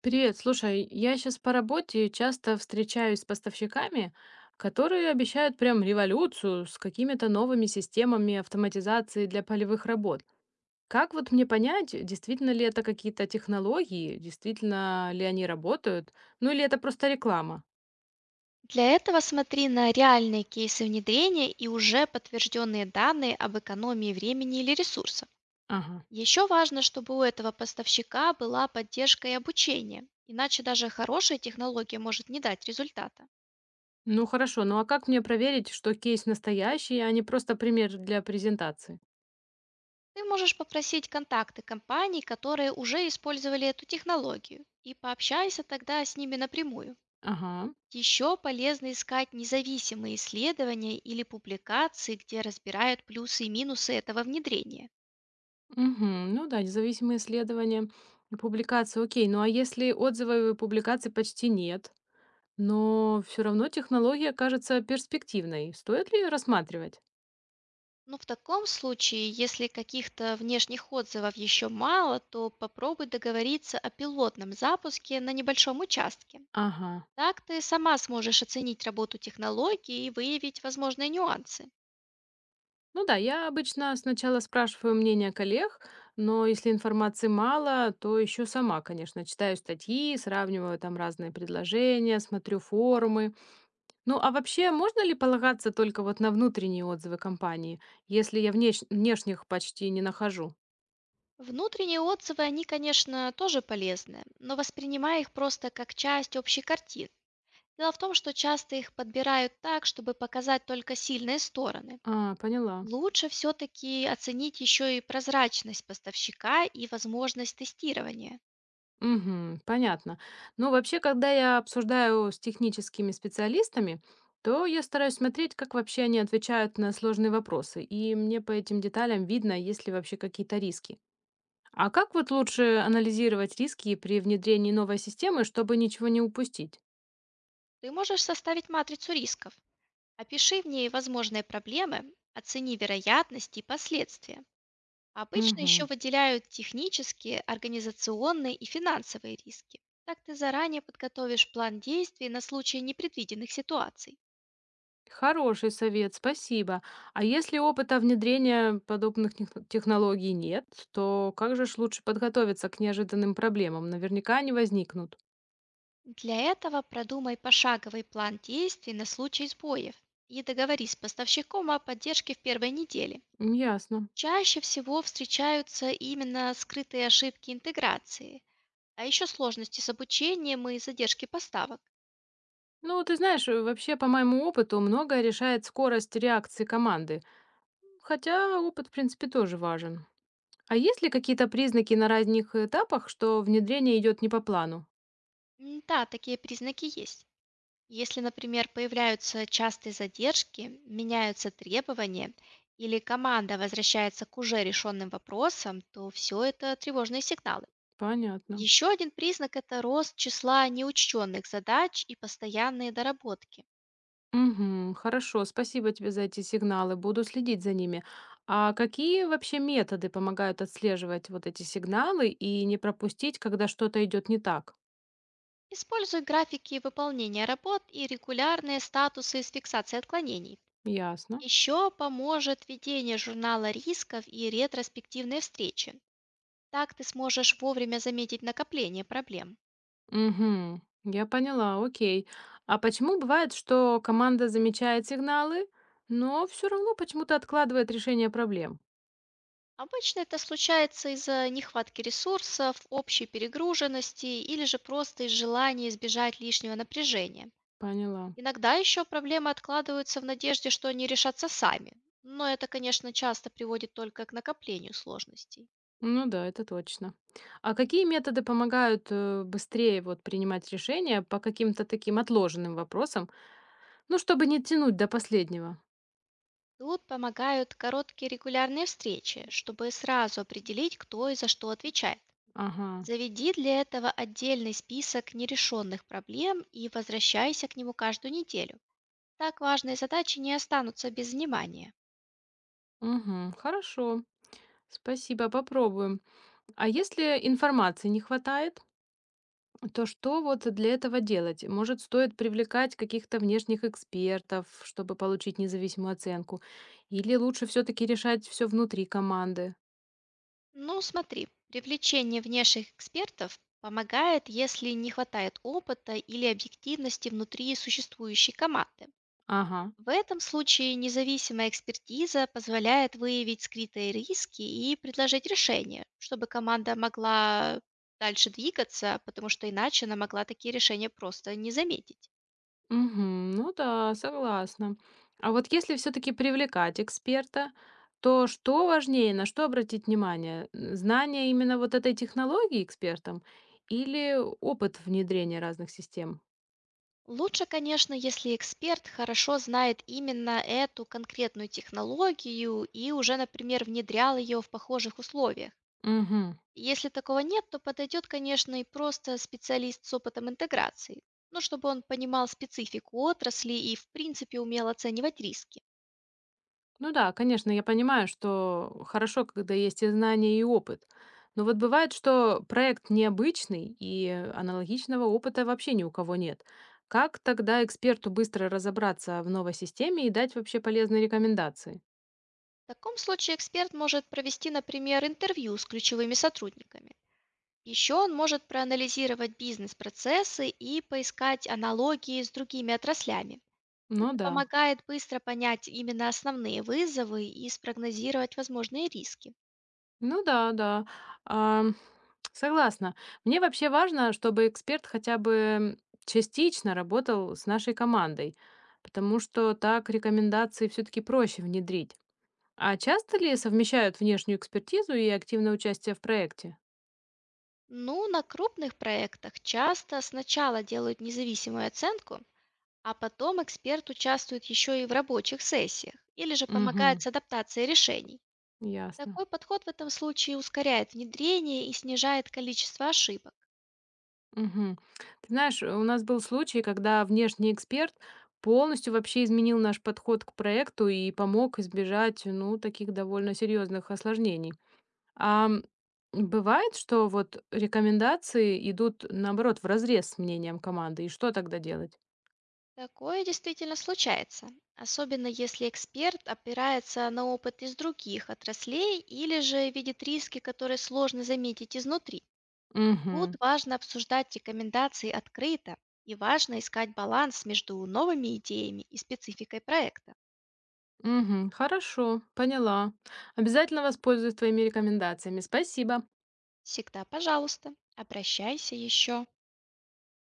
Привет, слушай, я сейчас по работе часто встречаюсь с поставщиками, которые обещают прям революцию с какими-то новыми системами автоматизации для полевых работ. Как вот мне понять, действительно ли это какие-то технологии, действительно ли они работают, ну или это просто реклама? Для этого смотри на реальные кейсы внедрения и уже подтвержденные данные об экономии времени или ресурсов. Ага. Еще важно, чтобы у этого поставщика была поддержка и обучение, иначе даже хорошая технология может не дать результата. Ну хорошо, ну а как мне проверить, что кейс настоящий, а не просто пример для презентации? Ты можешь попросить контакты компаний, которые уже использовали эту технологию, и пообщайся тогда с ними напрямую. Ага. Еще полезно искать независимые исследования или публикации, где разбирают плюсы и минусы этого внедрения. Мгм. Ну да, независимые исследования и публикации, окей. Ну а если отзывов и публикаций почти нет, но все равно технология кажется перспективной, стоит ли её рассматривать? Ну, в таком случае, если каких-то внешних отзывов еще мало, то попробуй договориться о пилотном запуске на небольшом участке. Ага. Так ты сама сможешь оценить работу технологии и выявить возможные нюансы. Ну да, я обычно сначала спрашиваю мнение коллег, но если информации мало, то еще сама, конечно, читаю статьи, сравниваю там разные предложения, смотрю форумы. Ну а вообще, можно ли полагаться только вот на внутренние отзывы компании, если я внешних почти не нахожу? Внутренние отзывы, они, конечно, тоже полезны, но воспринимай их просто как часть общей картины. Дело в том, что часто их подбирают так, чтобы показать только сильные стороны. А, поняла. Лучше все-таки оценить еще и прозрачность поставщика и возможность тестирования. Мгм. Понятно. Ну, вообще, когда я обсуждаю с техническими специалистами, то я стараюсь смотреть, как вообще они отвечают на сложные вопросы. И мне по этим деталям видно, есть ли вообще какие-то риски. А как вот лучше анализировать риски при внедрении новой системы, чтобы ничего не упустить? Ты можешь составить матрицу рисков. Опиши в ней возможные проблемы, оцени вероятности и последствия. Обычно Мгм. еще выделяют технические, организационные и финансовые риски. Так ты заранее подготовишь план действий на случай непредвиденных ситуаций. Хороший совет, спасибо. А если опыта внедрения подобных технологий нет, то как же ж лучше подготовиться к неожиданным проблемам? Наверняка они возникнут. Для этого продумай пошаговый план действий на случай сбоев и договорись с поставщиком о поддержке в первой неделе. М, ясно. Чаще всего встречаются именно скрытые ошибки интеграции. А еще сложности с обучением и задержки поставок. Ну, ты знаешь, вообще, по моему опыту, многое решает скорость реакции команды. Хотя опыт, в принципе, тоже важен. А есть ли какие-то признаки на разных этапах, что внедрение идет не по плану? Да, такие признаки есть. Если, например, появляются частые задержки, меняются требования или команда возвращается к уже решенным вопросам, то все это тревожные сигналы. Понятно. Еще один признак – это рост числа неучтенных задач и постоянные доработки. Угу, хорошо, спасибо тебе за эти сигналы, буду следить за ними. А какие вообще методы помогают отслеживать вот эти сигналы и не пропустить, когда что-то идет не так? Используй графики выполнения работ и регулярные статусы с фиксацией отклонений. Ясно. Еще поможет ведение журнала рисков и ретроспективные встречи. Так ты сможешь вовремя заметить накопление проблем. Угу, я поняла, окей. А почему бывает, что команда замечает сигналы, но все равно почему-то откладывает решение проблем? Обычно это случается из-за нехватки ресурсов, общей перегруженности или же просто из желания избежать лишнего напряжения. Поняла. Иногда еще проблемы откладываются в надежде, что они решатся сами. Но это, конечно, часто приводит только к накоплению сложностей. Ну да, это точно. А какие методы помогают быстрее вот принимать решения по каким-то таким отложенным вопросам, ну, чтобы не тянуть до последнего? Тут помогают короткие регулярные встречи, чтобы сразу определить, кто и за что отвечает. Ага. Заведи для этого отдельный список нерешенных проблем и возвращайся к нему каждую неделю. Так важные задачи не останутся без внимания. Угу. Хорошо. Спасибо, попробуем. А если информации не хватает? То что вот для этого делать? Может, стоит привлекать каких-то внешних экспертов, чтобы получить независимую оценку? Или лучше все-таки решать все внутри команды? Ну, смотри, привлечение внешних экспертов помогает, если не хватает опыта или объективности внутри существующей команды. Ага. В этом случае независимая экспертиза позволяет выявить скрытые риски и предложить решение, чтобы команда могла дальше двигаться, потому что иначе она могла такие решения просто не заметить. Мгм. Ну да, согласна. А вот если все-таки привлекать эксперта, то что важнее, на что обратить внимание? Знание именно вот этой технологии экспертом или опыт внедрения разных систем? Лучше, конечно, если эксперт хорошо знает именно эту конкретную технологию и уже, например, внедрял ее в похожих условиях. Если такого нет, то подойдет, конечно, и просто специалист с опытом интеграции, ну, чтобы он понимал специфику отрасли и, в принципе, умел оценивать риски. Ну да, конечно, я понимаю, что хорошо, когда есть и знания, и опыт. Но вот бывает, что проект необычный, и аналогичного опыта вообще ни у кого нет. Как тогда эксперту быстро разобраться в новой системе и дать вообще полезные рекомендации? В таком случае эксперт может провести, например, интервью с ключевыми сотрудниками. Еще он может проанализировать бизнес-процессы и поискать аналогии с другими отраслями. Ну Это да, помогает быстро понять именно основные вызовы и спрогнозировать возможные риски. ну да, да. А, согласна. Мне вообще важно, чтобы эксперт хотя бы частично работал с нашей командой, потому что так рекомендации все-таки проще внедрить. А часто ли совмещают внешнюю экспертизу и активное участие в проекте? Ну, на крупных проектах часто сначала делают независимую оценку, а потом эксперт участвует еще и в рабочих сессиях или же Угу, помогает с адаптацией решений. ясно. Такой подход в этом случае ускоряет внедрение и снижает количество ошибок. Мгм. Ты знаешь, у нас был случай, когда внешний эксперт полностью вообще изменил наш подход к проекту и помог избежать, ну, таких довольно серьезных осложнений. А м, бывает, что вот рекомендации идут, наоборот, в разрез с мнением команды, и что тогда делать? Такое действительно случается, особенно если эксперт опирается на опыт из других отраслей или же видит риски, которые сложно заметить изнутри. Тут Угу. важно обсуждать рекомендации открыто и важно искать баланс между новыми идеями и спецификой проекта. Угу. Хорошо, поняла. Обязательно воспользуюсь твоими рекомендациями. Спасибо. Всегда, пожалуйста, обращайся еще.